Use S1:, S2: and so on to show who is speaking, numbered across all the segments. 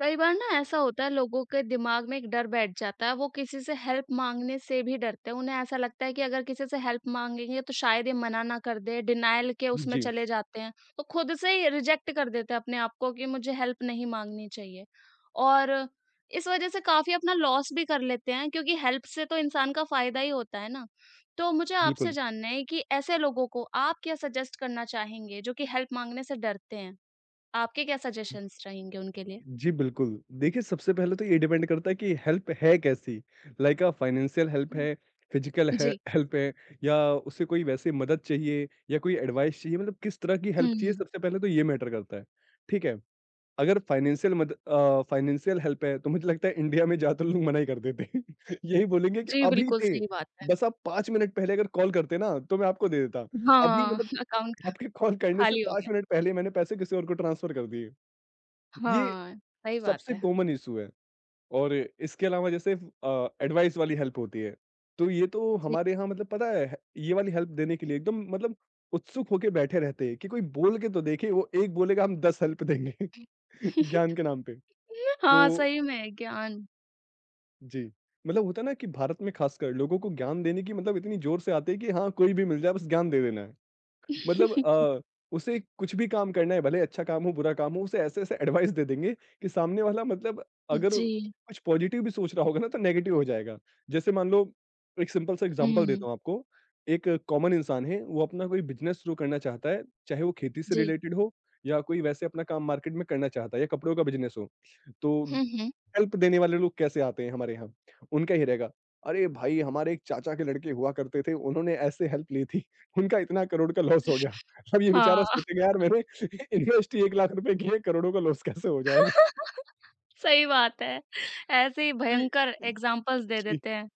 S1: कई बार ना ऐसा होता है लोगों के दिमाग में एक डर बैठ जाता है वो किसी से हेल्प मांगने से भी डरते हैं उन्हें ऐसा लगता है कि अगर किसी से हेल्प मांगेंगे तो शायद ये मना ना कर दे डिनायल के उसमें
S2: जी,
S1: चले जाते हैं तो खुद से ही रिजेक्ट कर देते हैं अपने आप को कि मुझे हेल्प नहीं मांगनी चाहिए और इस वजह से काफी अपना लॉस भी कर लेते हैं क्योंकि हेल्प से तो इंसान का फायदा ही होता है ना। तो मुझे आपसे
S2: बिल्कुल।
S1: जानना है कि ऐसे लोगों को आप क्या सजेस्ट करना चाहेंगे जो कि हेल्प मांगने से डरते हैं। आपके क्या सजेशंस रहेंगे उनके लिए।
S2: जी, बिल्कुल। देखिए, सबसे पहले तो ये डिपेंड करता है कि हेल्प है कैसी? लाइक फाइनेंशियल हेल्प है, फिज़िकल हे
S1: जी।
S2: हेल्प है या उसे कोई वैसे मदद चाहिए या कोई एडवाइस चाहिए, मतलब किस तरह की
S1: हुँ,
S2: हेल्प चाहिए,
S1: हुँ।
S2: सबसे पहले तो ये मैटर करता है। ठीक है, अगर फाइनेंशियल हेल्प है, तो मुझे लगता है इंडिया में ज़्यादातर लोग मना ही कर देते हैं। यही बोलेंगे कि
S1: जी,
S2: अभी
S1: बिल्कुल
S2: दे,
S1: सही बात है।
S2: बस आप 5 मिनट पहले अगर कॉल करते ना, तो मैं आपको दे देता। अभी
S1: हाँ,
S2: मतलब
S1: अकाउंट
S2: आपके कॉल करने से
S1: खाली हो
S2: 5
S1: गया।
S2: मिनट पहले मैंने पैसे किसी और को ट्रांसफ़र कर दिए। ये
S1: हाँ, सही बात
S2: सबसे
S1: है।
S2: कॉमन इश्यू है और इसके अलावा जैसे एडवाइस वाली हेल्प होती है, तो ये तो
S1: जी।
S2: हमारे यहाँ मतलब पता है, ये वाली हेल्प देने के लिए एकदम मतलब उत्सुक होके बैठे रहते हैं कि कोई बोल के तो देखे, वो एक बोलेगा हम 10 हेल्प देंगे ज्ञान के नाम पे।
S1: हाँ,
S2: तो
S1: सही में ज्ञान।
S2: जी, मतलब होता है ना कि भारत में खासकर लोगों को ज्ञान देने की मतलब इतनी ज़ोर से आती है कि हाँ, कोई भी मिल जाए बस ज्ञान दे देना है। मतलब उसे कुछ भी काम करना है, भले अच्छा काम हो, बुरा काम हो, उसे ऐसे-ऐसे एडवाइस दे देंगे कि सामने वाला मतलब अगर
S1: जी।
S2: कुछ पॉज़िटिव भी सोच रहा होगा ना, तो नेगेटिव हो जाएगा। जैसे मान लो एक सिंपल सा एग्ज़ाम्पल
S1: हुँ,
S2: देता हूँ आपको। एक कॉमन इंसान है, वो अपना कोई बिज़नेस शुरू करना चाहता है, चाहे वो खेती से
S1: जी।
S2: रिलेटेड हो या कोई वैसे अपना काम मार्केट में करना चाहता है या कपड़ों का बिज़नेस हो। तो
S1: हुँ, हुँ।
S2: हेल्प देने वाले लोग कैसे आते हैं हमारे यहाँ, उनका ही रहेगा। अरे भाई! हमारे एक चाचा के लड़के हुआ करते थे, उन्होंने ऐसे हेल्प ली थी, उनका इतना करोड़ का लॉस हो गया। अब ये
S1: हाँ,
S2: बेचारा सोचेगा यार मैंने इन्वेस्ट ही 1 लाख रुपए किए, करोड़ों का लॉस कैसे हो जाएगा?
S1: सही बात है। ऐसे ही
S2: तो ये
S1: भयंकर एग्ज़ाम्पल्स दे
S2: जी,
S1: देते हैं।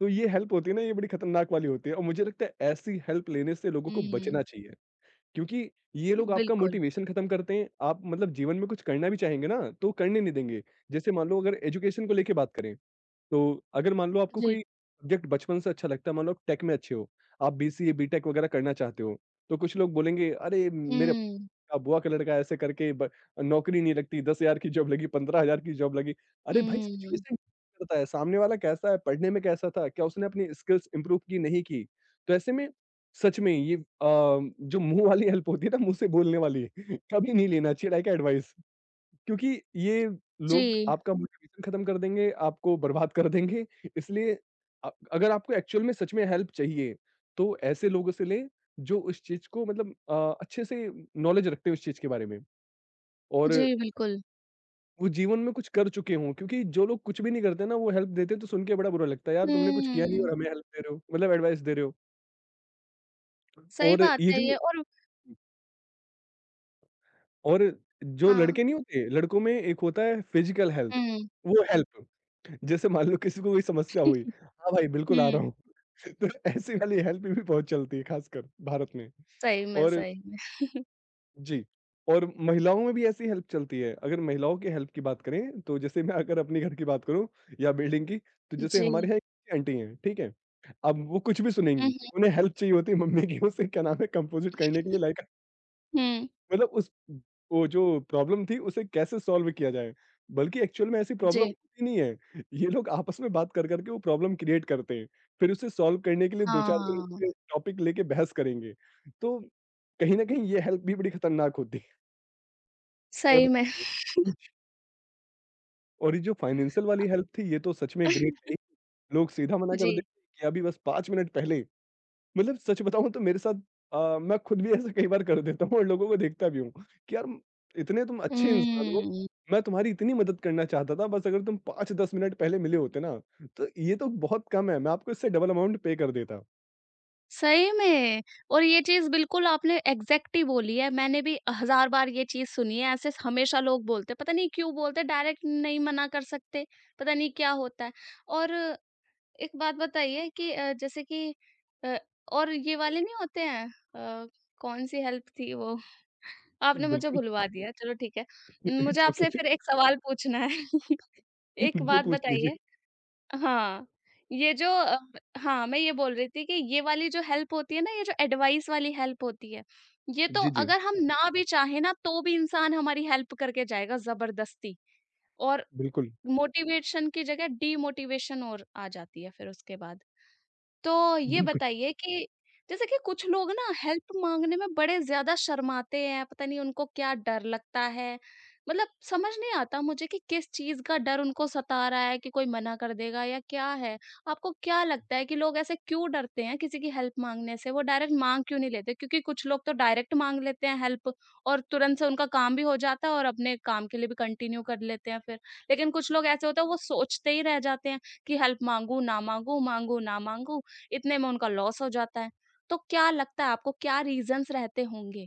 S2: तो ये हेल्प होती है ना, ये बड़ी खतरनाक वाली होती है और मुझे लगता है ऐसी हेल्प लेने से लोगों को
S1: हुँ,
S2: बचना चाहिए। क्योंकि ये लोग आपका
S1: बिल्कुल।
S2: मोटिवेशन खत्म करते हैं, आप मतलब जीवन में कुछ करना भी चाहेंगे ना, तो करने नहीं देंगे। जैसे मान लो अगर एजुकेशन को लेके बात करें तो अगर मान लो आपको
S1: जी।
S2: कोई सब्जेक्ट बचपन से अच्छा लगता है, मान लो आप टेक में अच्छे हो, आप बीसीए, बीटेक वगैरह करना चाहते हो, तो कुछ लोग बोलेंगे, "अरे! मेरे
S1: हुँ,
S2: का बुआ का लड़का ऐसे करके ब नौकरी नहीं लगती, 10,000 की जॉब लगी, 15,000 की जॉब लगी।" अरे भाई!
S1: हुँ।
S2: सिचुएशन करता है, सामने वाला कैसा है, पढ़ने में कैसा था, क्या उसने अपनी स्किल्स इम्प्रूव की, नहीं की? तो ऐसे में सच में ये जो मुँह वाली हेल्प होती है ना, मुँह से बोलने वाली, कभी नहीं लेना चाहिए लाइक एडवाइस। क्योंकि ये लोग
S1: जी,
S2: आपका मोटिवेशन खत्म कर देंगे, आपको बर्बाद कर देंगे, इसलिए अगर आपको एक्चुअल में सच में हेल्प चाहिए, तो ऐसे लोगों से लें जो उस चीज़ को मतलब अच्छे से नॉलेज रखते हैं उस चीज़ के बारे में और
S1: जी, बिल्कुल।
S2: वो जीवन में कुछ कर चुके हों क्योंकि जो लोग कुछ भी नहीं करते ना, वो हेल्प देते हैं, तो सुन के बड़ा बुरा लगता है, यार तुमने कुछ किया नहीं
S1: हुँ,
S2: और हमें हेल्प दे रहे हो, मतलब एडवाइस दे रहे हो।
S1: सही
S2: और
S1: बात
S2: ये
S1: है ये
S2: जो
S1: और
S2: और जो
S1: हाँ।
S2: लड़के नहीं होते, लड़कों में एक होता है फिजिकल हेल्थ,
S1: हुँ,
S2: वो हेल्प। जैसे मान लो किसी को कोई समस्या हुई, "हाँ भाई, बिल्कुल आ
S1: हुँ,
S2: रहा हूँ।" तो ऐसी वाली हेल्प भी बहुत चलती है खासकर भारत में।
S1: सही में,
S2: और
S1: सही।
S2: जी, और महिलाओं में भी ऐसी हेल्प चलती है। अगर महिलाओं की हेल्प की बात करें, तो जैसे मैं अगर अपने घर की बात करूँ या बिल्डिंग की, तो जैसे
S1: जी।
S2: हमारे यहाँ एक आंटी हैं, ठीक है? अब वो कुछ भी
S1: हुँ,
S2: सुनेंगी,
S1: हुँ,
S2: उन्हें हेल्प चाहिए होती है मम्मी की, उसे क्या नाम है कंपोज़िट करने के लिए लाइक
S1: हुँ।
S2: मतलब उस वो जो प्रॉब्लम थी उसे कैसे सॉल्व किया जाए? बल्कि एक्चुअल में ऐसी प्रॉब्लम
S1: जी,
S2: होती नहीं है। ये लोग आपस में बात कर-कर के वो प्रॉब्लम क्रिएट करते हैं। फिर उसे सॉल्व करने के लिए 2-4 दिन
S1: हाँ,
S2: उसपे टॉपिक लेके बहस करेंगे। तो कहीं न कहीं ये हेल्प भी बड़ी खतरनाक होती है। और
S1: सही में।
S2: फाइनेंस और ये जो फाइनेंशियल वाली हेल्प थी ये तो सच में ग्रेट है ही। लोग सीधा मना कर
S1: जी।
S2: देते हैं कि अभी बस 5 मिनट पहले मतलब सच बताऊँ तो मेरे साथ मैं खुद भी ऐसा कई बार कर देता हूँ और लोगों को देखता भी हूँ कि यार इतने तुम अच्छे इंसान हो,
S1: हुँ,
S2: मैं तुम्हारी इतनी मदद करना चाहता था बस अगर तुम 5-10 मिनट पहले मिले होते ना, तो ये तो बहुत कम है, मैं आपको इससे डबल अमाउंट पे कर देता।
S1: सही में और ये चीज़ बिल्कुल आपने एग्ज़ैक्ट ही बोली है, मैंने भी हज़ार बार ये चीज़ सुनी है, ऐसे हमेशा लोग बोलते हैं, पता नहीं क्यों बोलते हैं, डायरेक्ट नहीं मना कर सकते, पता नहीं क्या होता है। और एक बात बताइए कि जैसे कि अ, और ये वाले नहीं होते हैं अ, कौन-सी हेल्प थी वो? आपने मुझे
S2: बिल्कुल,
S1: भुलवा दिया, चलो ठीक है। मुझे
S2: इट्स ओके।
S1: आपसे फिर एक सवाल पूछना है। एक
S2: जो
S1: बात
S2: पूछ लीजिए।
S1: बताइए। हाँ, ये जो हाँ, मैं ये बोल रही थी कि ये वाली जो हेल्प होती है ना, ये जो एडवाइस वाली हेल्प होती है, ये तो
S2: जी, जी।
S1: अगर हम ना भी चाहें ना, तो भी इंसान हमारी हेल्प करके जाएगा ज़बरदस्ती। और
S2: बिल्कुल,
S1: मोटिवेशन की जगह डीमोटिवेशन और आ जाती है फिर उसके बाद। तो ये
S2: बिल्कुल,
S1: बताइए कि जैसे कि कुछ लोग ना हेल्प मांगने में बड़े ज़्यादा शर्माते हैं, पता नहीं उनको क्या डर लगता है। मतलब समझ नहीं आता मुझे कि किस चीज़ का डर उनको सता रहा है कि कोई मना कर देगा या क्या है? आपको क्या लगता है कि लोग ऐसे क्यों डरते हैं किसी की हेल्प माँगने से? वो डायरेक्ट माँग क्यों नहीं लेते? क्योंकि कुछ लोग तो डायरेक्ट माँग लेते हैं हेल्प और तुरंत से उनका काम भी हो जाता है और अपने काम के लिए भी कंटिन्यू कर लेते हैं फिर। लेकिन कुछ लोग ऐसे होते हैं वो सोचते ही रह जाते हैं कि हेल्प माँगू, ना माँगू, माँगू, ना माँगू। इतने में उनका लॉस हो जाता है। तो क्या लगता है आपको क्या रीज़न्स रहते होंगे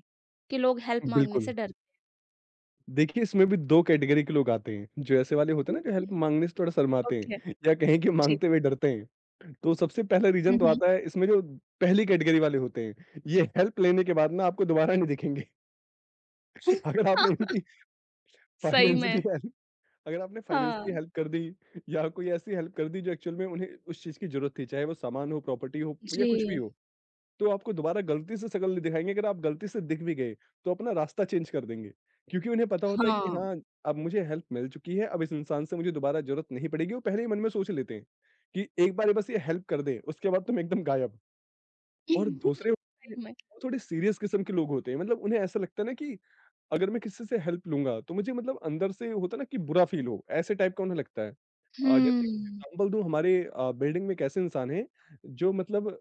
S1: कि लोग हेल्प माँगने से
S2: बिल्कुल।
S1: डरते
S2: देखिए, इसमें भी 2 कैटेगरी के लोग आते हैं, जो ऐसे वाले होते
S1: हैं?
S2: हैं ना जो हेल्प माँगने से थोड़ा शर्माते
S1: ओके,
S2: हैं या कहें कि
S1: जी।
S2: माँगते हुए डरते हैं। तो सबसे पहला
S1: हुँ,
S2: रीज़न तो
S1: हुँ।
S2: आता है इसमें जो पहली कैटेगरी वाले होते हैं, ये हेल्प लेने के बाद ना आपको दोबारा नहीं दिखेंगे। अगर आपने इनकी
S1: सही में,
S2: फाइनेंशियली हेल्प अगर आपने फाइनेंशियली
S1: हाँ।
S2: हेल्प कर दी या कोई ऐसी हेल्प कर दी जो एक्चुअल में उन्हें उस चीज़ की ज़रूरत थी, चाहे वो सामान हो, प्रॉपर्टी हो या कुछ भी
S1: जी,
S2: हो। तो आपको दोबारा गलती से शक्ल नहीं दिखाएँगे, अगर आप गलती से दिख भी गए, तो अपना रास्ता चेंज कर देंगे। क्योंकि उन्हें पता होता है कि
S1: हाँ।
S2: हाँ, अब मुझे हेल्प मिल चुकी है, अब इस इंसान से मुझे दोबारा ज़रूरत नहीं पड़ेगी, वो पहले ही मन में सोच लेते हैं कि एक बार ये बस ये हेल्प कर दे, उसके बाद तुम एकदम गायब। और दूसरे होते हैं,
S1: सही में।
S2: वो थोड़े सीरियस किस्म के लोग होते हैं, मतलब उन्हें ऐसा लगता है ना कि अगर मैं किसी से हेल्प लूँगा, तो मुझे मतलब अंदर से होता है ना कि बुरा फ़ील हो, ऐसे टाइप का उन्हें लगता है। जैसे
S1: हुँ,
S2: एग्ज़ाम्पल दूँ हमारे बिल्डिंग में एक ऐसे इंसान हैं, जो मतलब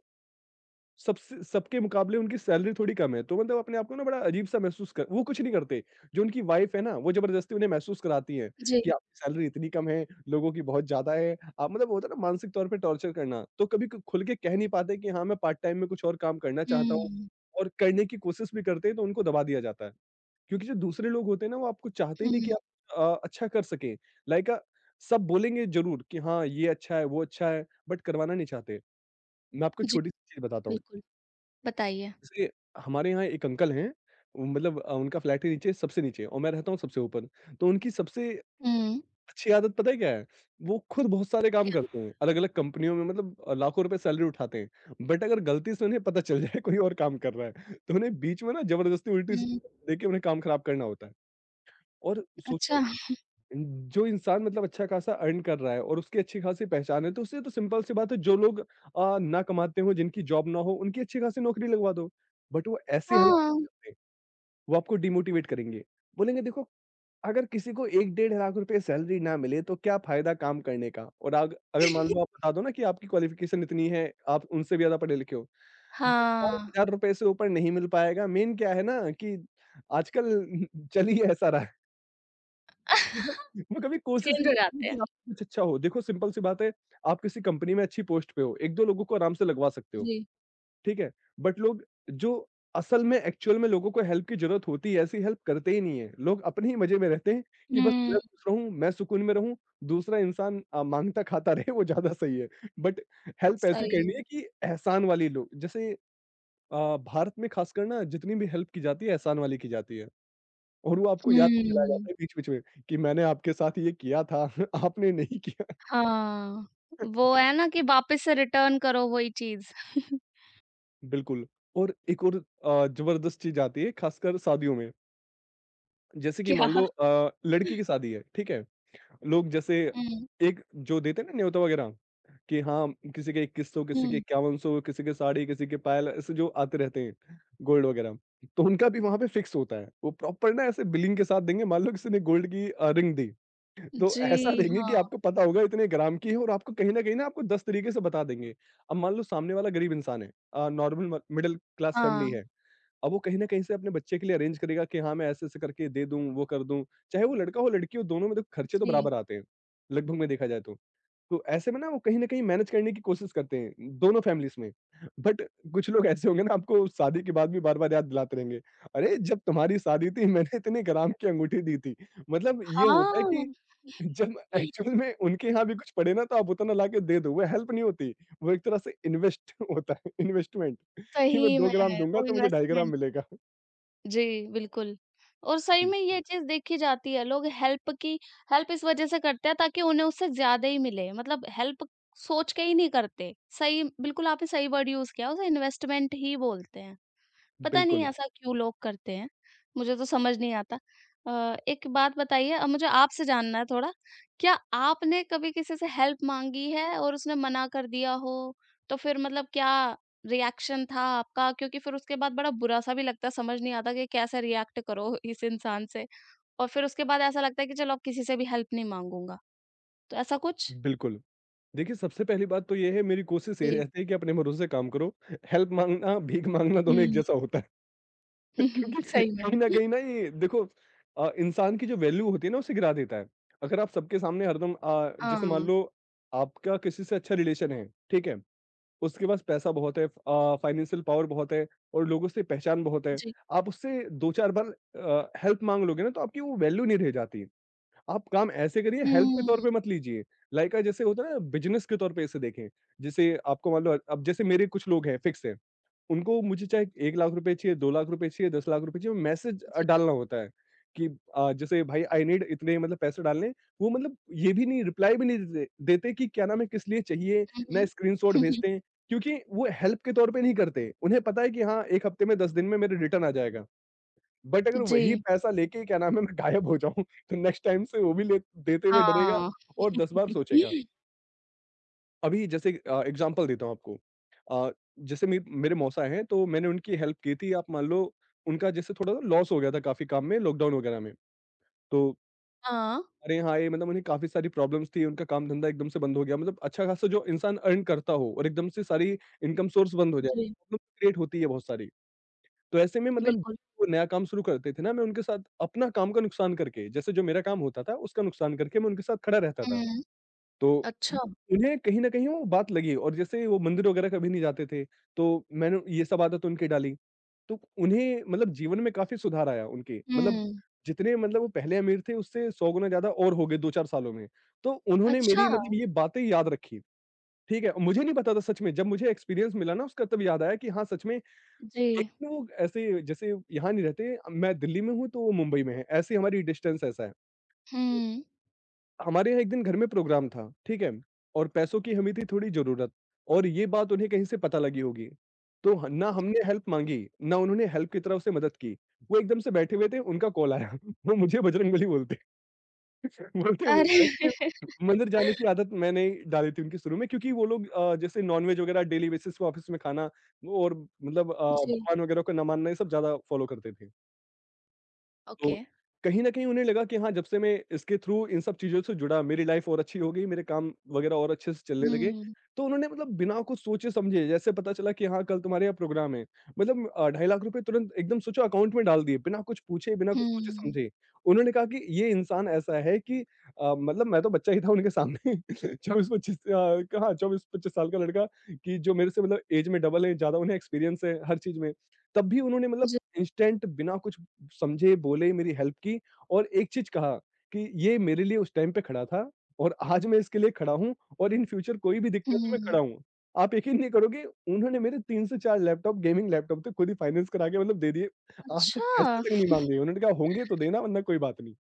S2: सबसे सबके मुकाबले उनकी सैलरी थोड़ी कम है, तो मतलब अपने आप को ना बड़ा अजीब-सा महसूस कर वो कुछ नहीं करते, जो उनकी वाइफ़ है ना, वो ज़बरदस्ती उन्हें महसूस कराती है
S1: जी।
S2: कि आपकी सैलरी इतनी कम है, लोगों की बहुत ज़्यादा है। आप मतलब होता है ना मानसिक तौर पे टॉर्चर करना, तो कभी क खुल के कह नहीं पाते कि हाँ, मैं पार्ट टाइम में कुछ और काम करना चाहता हूँ
S1: हुँ,
S2: और करने की कोशिश भी करते हैं तो उनको दबा दिया जाता है। क्योंकि जो दूसरे लोग होते हैं ना, वो आपको चाहते ही नहीं कि
S1: हुँ,
S2: आप अच्छा कर सकें। लाइक सब बोलेंगे ज़रूर कि हाँ, ये अच्छा है, वो अच्छा है, बट करवाना नहीं चाहते। मैं आपको
S1: जी,
S2: छोटी-सी चीज़ बताता हूँ।
S1: बिल्कुल, बताइए।
S2: जैसे हमारे यहाँ एक अंकल हैं, वो मतलब उनका फ्लैट है नीचे सबसे नीचे और मैं रहता हूँ सबसे ऊपर। तो उनकी सबसे
S1: हुँ,
S2: अच्छी आदत पता है क्या है? वो खुद बहुत सारे काम
S1: क्या?
S2: करते हैं, अलग-अलग कंपनियों में मतलब लाखों रुपए सैलरी उठाते हैं। बट अगर गलती से उन्हें पता चल जाए कोई और काम कर रहा है, तो उन्हें बीच में ना ज़बरदस्ती उल्टी स
S1: हुँ,
S2: देके उन्हें काम खराब करना होता है। और
S1: अच्छा,
S2: सोचो जो इंसान मतलब अच्छा खासा अर्न कर रहा है और उसकी अच्छी खासी पहचान है, तो उससे तो सिंपल सी बात है जो लोग ना कमाते हों, जिनकी जॉब ना हो, उनकी अच्छी खासी नौकरी लगवा दो। बट वो ऐसी हेल्प
S1: हाँ।
S2: नहीं करते, वो आपको डिमोटिवेट करेंगे। बोलेंगे देखो अगर किसी को 1 डेढ़ लाख रुपए सैलरी ना मिले तो क्या फ़ायदा काम करने का? और अग अगर मान लो आप बता दो ना कि आपकी क्वालिफ़िकेशन इतनी है, आप उनसे भी ज़्यादा पढ़े लिखे हो।
S1: हाँ,
S2: ₹10,000 से ऊपर नहीं मिल पाएगा। मेन क्या है ना कि आजकल चल ही ऐसा रहा है। मतलब वो कभी कोशिश ही
S1: चेंज
S2: नहीं
S1: हो
S2: करती
S1: जाते हैं।
S2: कि आप कुछ अच्छा हो। देखो सिंपल सी बात है, आप किसी कंपनी में अच्छी पोस्ट पे हो, 1-2 लोगों को आराम से लगवा सकते हो,
S1: जी,
S2: ठीक है? बट लोग जो असल में एक्चुअल में लोगों को हेल्प की ज़रूरत होती है, ऐसी हेल्प करते ही नहीं है। लोग अपने ही मज़े में रहते हैं कि बस
S1: हुँ,
S2: मैं खुश रहूँ, मैं सुकून में रहूँ, दूसरा इंसान माँगता-खाता रहे वो ज़्यादा सही है। बट हेल्प ऐसी
S1: सही
S2: करनी
S1: में।
S2: है कि एहसान वाली लो जैसे भारत में खासकर ना जितनी भी हेल्प की जाती है, एहसान वाली की जाती है। और वो आपको याद भी दिलाया
S1: हुँ।
S2: जाता है बीच-बीच में कि मैंने आपके साथ ये किया था, आपने नहीं किया।
S1: हाँ, वो है ना कि वापस से रिटर्न करो वही चीज़।
S2: बिल्कुल, और एक और ज़बरदस्त चीज़ आती है खासकर शादियों में। जैसे कि मान
S1: क्या?
S2: लो लड़की की शादी है, ठीक है? लोग जैसे
S1: हुँ,
S2: एक जो देते हैं ना न्योता वगैरह कि हाँ, किसी के 2100 किसी के
S1: हुँ।
S2: 5100 किसी के साड़ी, किसी के पायल ऐसे जो आते रहते हैं गोल्ड वगैरह, तो उनका भी वहाँ पे फिक्स होता है। वो प्रॉपर ना ऐसे बिलिंग के साथ देंगे मान लो किसी ने गोल्ड की रिंग दी, तो ऐसा
S1: जी,
S2: देंगे कि
S1: हाँ,
S2: आपको पता होगा इतने ग्राम की है और आपको कहीं न कहीं ना आपको 10 तरीके से बता देंगे। अब मान लो सामने वाला गरीब इंसान है, नॉर्मल म मिडल क्लास फैमिली
S1: हाँ,
S2: है। अब वो कहीं न कहीं से अपने बच्चे के लिए अरेंज करेगा कि हाँ, मैं ऐसे-ऐसे करके दे दूँ, वो कर दूँ। चाहे वो लड़का हो, लड़की हो, दोनों में तो खर्चे तो
S1: जी।
S2: बराबर आते हैं, लगभग में देखा जाए तो। तो ऐसे में ना वो कहीं न कहीं मैनेज करने की कोशिश करते हैं, दोनों फैमिलीज़ में। बट कुछ लोग ऐसे होंगे ना आपको शादी के बाद भी बार-बार याद दिलाते रहेंगे, "अरे! जब तुम्हारी शादी थी मैंने इतने ग्राम की अंगूठी दी थी।" मतलब ये होता है कि
S1: हाँ।
S2: जब एक्चुअल में उनके यहाँ भी कुछ पड़े ना तो आप उतना लाके दे दो, वो हेल्प नहीं होती, वो एक तरह से इन्वेस्ट होता है, इन्वेस्टमेंट कि मैं
S1: सही
S2: 2
S1: में
S2: ग्राम दूँगा
S1: वो
S2: तो मुझे 2.5 ग्राम
S1: इन्वेस्टमेंट।
S2: मिलेगा।
S1: जी, बिल्कुल। और सही
S2: जी,
S1: में ये चीज़ देखी जाती है, लोग हेल्प इस वज़ह से करते हैं ताकि उन्हें उससे ज़्यादा ही मिले, मतलब हेल्प सोच के ही नहीं करते। सही, बिल्कुल आपने सही वर्ड यूज़ किया, उसे इन्वेस्टमेंट ही बोलते हैं। पता नहीं
S2: बिल्कुल,
S1: ऐसा क्यों लोग करते हैं, मुझे तो समझ नहीं आता। एक बात बताइए मुझे आपसे जानना है थोड़ा, क्या आपने कभी किसी से हेल्प माँगी है और उसने मना कर दिया हो? तो फिर मतलब क्या रिएक्शन था आपका? क्योंकि फिर उसके बाद बड़ा बुरा-सा भी लगता है, समझ नहीं आता कि कैसे रिएक्ट करो इस इंसान से और फिर उसके बाद ऐसा लगता है कि चलो अब किसी से भी हेल्प नहीं माँगूँगा, तो ऐसा कुछ?
S2: बिल्कुल। देखिए, सबसे पहली बात तो ये है, मेरी कोशिश ये
S1: जी,
S2: रहती है कि अपने भरोसे काम करो। हेल्प माँगना, भीख माँगना दोनों एक
S1: हुँ।
S2: जैसा होता है क्योंकि
S1: सही में,
S2: कहीं न कहीं ना, ये देखो इंसान की जो वैल्यू होती है ना उसे गिरा देता है। अगर आप सबके सामने हरदम जैसे मान
S1: हाँ,
S2: लो आपका किसी से अच्छा रिलेशन है, ठीक है? उसके पास पैसा बहुत है, फाइनेंशियल पावर बहुत है और लोगों से पहचान बहुत है।
S1: जी।
S2: आप उससे 2-4 बार हेल्प माँग लोगे ना तो आपकी वो वैल्यू नहीं रह जाती। आप काम ऐसे करिए, हेल्प के तौर
S1: हुँ,
S2: पे मत लीजिए। लाइक जैसे होता है ना, बिज़नेस के तौर पे इसे देखें। जैसे आपको मान लो, अब जैसे मेरे कुछ लोग हैं फिक्स हैं। उनको मुझे चाहे 1 लाख रुपए चाहिए, 2 लाख रुपए चाहिए, 10 लाख रुपए चाहिए, मैसेज
S1: जी।
S2: डालना होता है कि जैसे भाई आई नीड इतने मतलब पैसे डालने हैं। वो मतलब ये भी नहीं, रिप्लाई भी नहीं दे देते कि क्या नाम है, किस लिए चाहिए,
S1: हुँ, हुँ।
S2: ना स्क्रीनशॉट
S1: हुँ, हुँ।
S2: भेजते हैं। क्योंकि वो हेल्प के तौर पे नहीं करते। उन्हें पता है कि हाँ, 1 हफ्ते में, 10 दिन में मेरे रिटर्न आ जाएगा। बट अगर वही
S1: जी,
S2: पैसा लेके क्या नाम है मैं गायब हो जाऊँ तो नेक्स्ट टाइम से वो भी ले देते हुए डरेगा
S1: हाँ।
S2: और 10 बार सोचेगा। अभी जैसे एग्ज़ाम्पल देता हूँ आपको। अ, जैसे मे मेरे मौसा हैं, तो मैंने उनकी हेल्प की थी। आप मान लो, उनका जैसे थोड़ा सा लॉस हो गया था काफ़ी, काम में लॉकडाउन वगैरह में। तो
S1: हाँ।
S2: अरे हाँ, ये मतलब उन्हें काफ़ी सारी प्रॉब्लम्स थी, उनका काम धंधा एकदम से बंद हो गया। मतलब अच्छा खासा जो इंसान अर्न करता हो और एकदम से सारी इनकम सोर्स बंद हो जाए,
S1: जी,
S2: प्रॉब्लम क्रिएट होती है बहुत सारी। तो ऐसे में मतलब
S1: बिल्कुल।
S2: वो नया काम शुरू करते थे ना, मैं उनके साथ अपना काम का नुकसान करके, जैसे जो मेरा काम होता था, उसका नुकसान करके मैं उनके साथ खड़ा रहता था।
S1: हुँ।
S2: तो
S1: अच्छा।
S2: उन्हें कहीं न कहीं वो बात लगी, और जैसे वो मंदिर वगैरह कभी नहीं जाते थे, तो मैंने ये सब आदत उनकी डाली। तो उन्हें मतलब जीवन में काफ़ी सुधार आया उनके, मतलब
S1: हुँ।
S2: जितने मतलब वो पहले अमीर थे, उससे 100 गुना ज़्यादा और हो गए 2-4 सालों में। तो उन्होंने
S1: अच्छा!
S2: मेरी मतलब ये बातें याद रखी, ठीक है? मुझे नहीं पता था सच में, जब मुझे एक्सपीरियंस मिला ना उसका तब याद आया कि हाँ, सच में।
S1: जी।
S2: लेकिन वो ऐसे जैसे यहाँ नहीं रहते, मैं दिल्ली में हूँ, तो वो मुंबई में है, ऐसी हमारी डिस्टेंस ऐसा है।
S1: हुँ।
S2: हमारे यहाँ एक दिन घर में प्रोग्राम था, ठीक है? और पैसों की हमें थी थोड़ी ज़रूरत, और ये बात उन्हें कहीं से पता लगी होगी। तो ह ना
S1: जी।
S2: हमने हेल्प माँगी, ना उन्होंने हेल्प की तरफ से मदद की। वो एकदम से बैठे हुए थे, उनका कॉल आया, वो मुझे बजरंगबली बोलते बोलते हैं, वो खाए
S1: अरे!
S2: थे। मंदिर जाने की आदत मैंने डाली थी उनकी शुरू में, क्योंकि वो लोग जैसे नॉन-वेज वगैरह डेली बेसिस पे ऑफिस में खाना और मतलब
S1: जी,
S2: भगवान वगैरह को ना मानना, ये सब ज़्यादा फ़ॉलो करते थे।
S1: ओके।
S2: तो कहीं न कहीं उन्हें लगा कि हाँ, जब से मैं इसके थ्रू इन सब चीज़ों से जुड़ा, मेरी लाइफ़ और अच्छी हो गई, मेरे काम वगैरह और अच्छे से चलने लगे।
S1: हुँ,
S2: तो उन्होंने मतलब बिना कुछ सोचे-समझे, जैसे पता चला कि हाँ, कल तुम्हारे यहाँ प्रोग्राम है। मतलब 2.5 लाख रुपए तुरंत एकदम सोचो अकाउंट में डाल दिए, बिना कुछ पूछे, बिना कुछ
S1: हुँ,
S2: सोचे-समझे। उन्होंने कहा कि ये इंसान ऐसा है कि मतलब मैं तो बच्चा ही था उनके सामने, 24-25, कहाँ 24-25 साल का लड़का, कि जो मेरे से मतलब ऐज में डबल है, ज़्यादा उन्हें एक्सपीरियंस है हर चीज़ में। तब भी उन्होंने मतलब
S1: जी,
S2: इंस्टेंट बिना कुछ समझे, बोले, मेरी हेल्प की और एक चीज़ कहा कि ये मेरे लिए उस टाइम पे खड़ा था और आज मैं इसके लिए खड़ा हूँ और इन फ्यूचर कोई भी दिक्कत हो मैं
S1: हुँ।
S2: खड़ा हूँ। आप यकीन नहीं करोगे, उन्होंने मेरे 3 से 4 लैपटॉप, गेमिंग लैपटॉप थे, खुद ही फाइनेंस करा के मतलब दे दिए। आज तक पैसे
S1: अच्छा!
S2: तक नहीं माँगे। उन्होंने कहा होंगे तो देना, वरना कोई बात नहीं।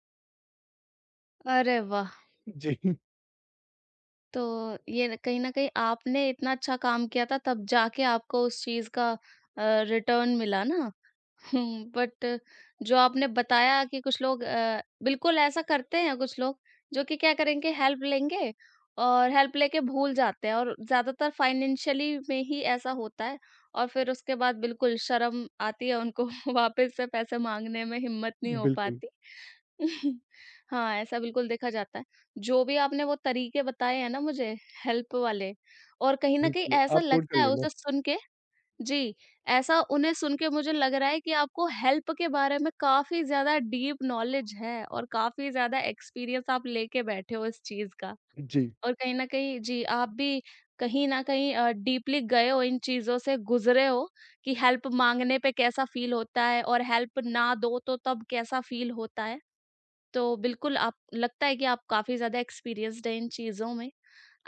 S1: अरे वाह!
S2: जी,
S1: तो ये न कहीं न कहीं आपने इतना अच्छा काम किया था तब जाके आपको उस चीज़ का रिटर्न मिला ना? हुँ, बट जो आपने बताया कि कुछ लोग बिल्कुल ऐसा करते हैं कुछ लोग, जो कि क्या करेंगे हेल्प लेंगे और हेल्प लेके भूल जाते हैं और ज़्यादातर फाइनेंशियली में ही ऐसा होता है और फिर उसके बाद बिल्कुल शर्म आती है उनको वापस से पैसे माँगने में हिम्मत नहीं हो
S2: बिल्कुल,
S1: पाती। हाँ, ऐसा बिल्कुल देखा जाता है। जो भी आपने वो तरीके बताए हैं ना मुझे हेल्प वाले और कहीं न कहीं
S2: बिल्कुल
S1: ऐसा
S2: आप नोट कर
S1: लगता है
S2: लेना।
S1: उसे सुन के। जी, ऐसा उन्हें सुन के मुझे लग रहा है कि आपको हेल्प के बारे में काफ़ी ज़्यादा डीप नॉलेज है और काफ़ी ज़्यादा एक्सपीरियंस आप लेके बैठे हो इस चीज़ का।
S2: जी,
S1: और कहीं न कहीं जी, आप भी कहीं न कहीं डीपली गए हो इन चीज़ों से गुज़रे हो कि हेल्प माँगने पे कैसा फ़ील होता है और हेल्प ना दो तो तब कैसा फ़ील होता है। तो बिल्कुल आप लगता है कि आप काफ़ी ज़्यादा एक्सपीरियंस्ड हैं इन चीज़ों में।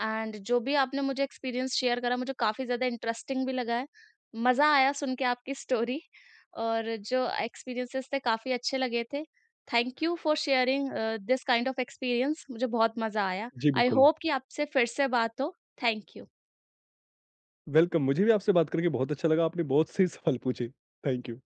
S1: एंड जो भी आपने मुझे एक्सपीरियंस शेयर करा मुझे काफ़ी ज़्यादा इंटरेस्टिंग भी लगा है। मज़ा आया सुन के आपकी स्टोरी और जो एक्सपीरियंसेस थे काफ़ी अच्छे लगे थे। Thank you for sharing uh, this kind of experience, मुझे बहुत मज़ा आया।
S2: जी
S1: आई
S2: बिल्कुल।
S1: होप कि आपसे फिर से बात हो। Thank you.
S2: वेलकम, मुझे भी आपसे बात करके बहुत अच्छा लगा। आपने बहुत सही सवाल पूछे। Thank you.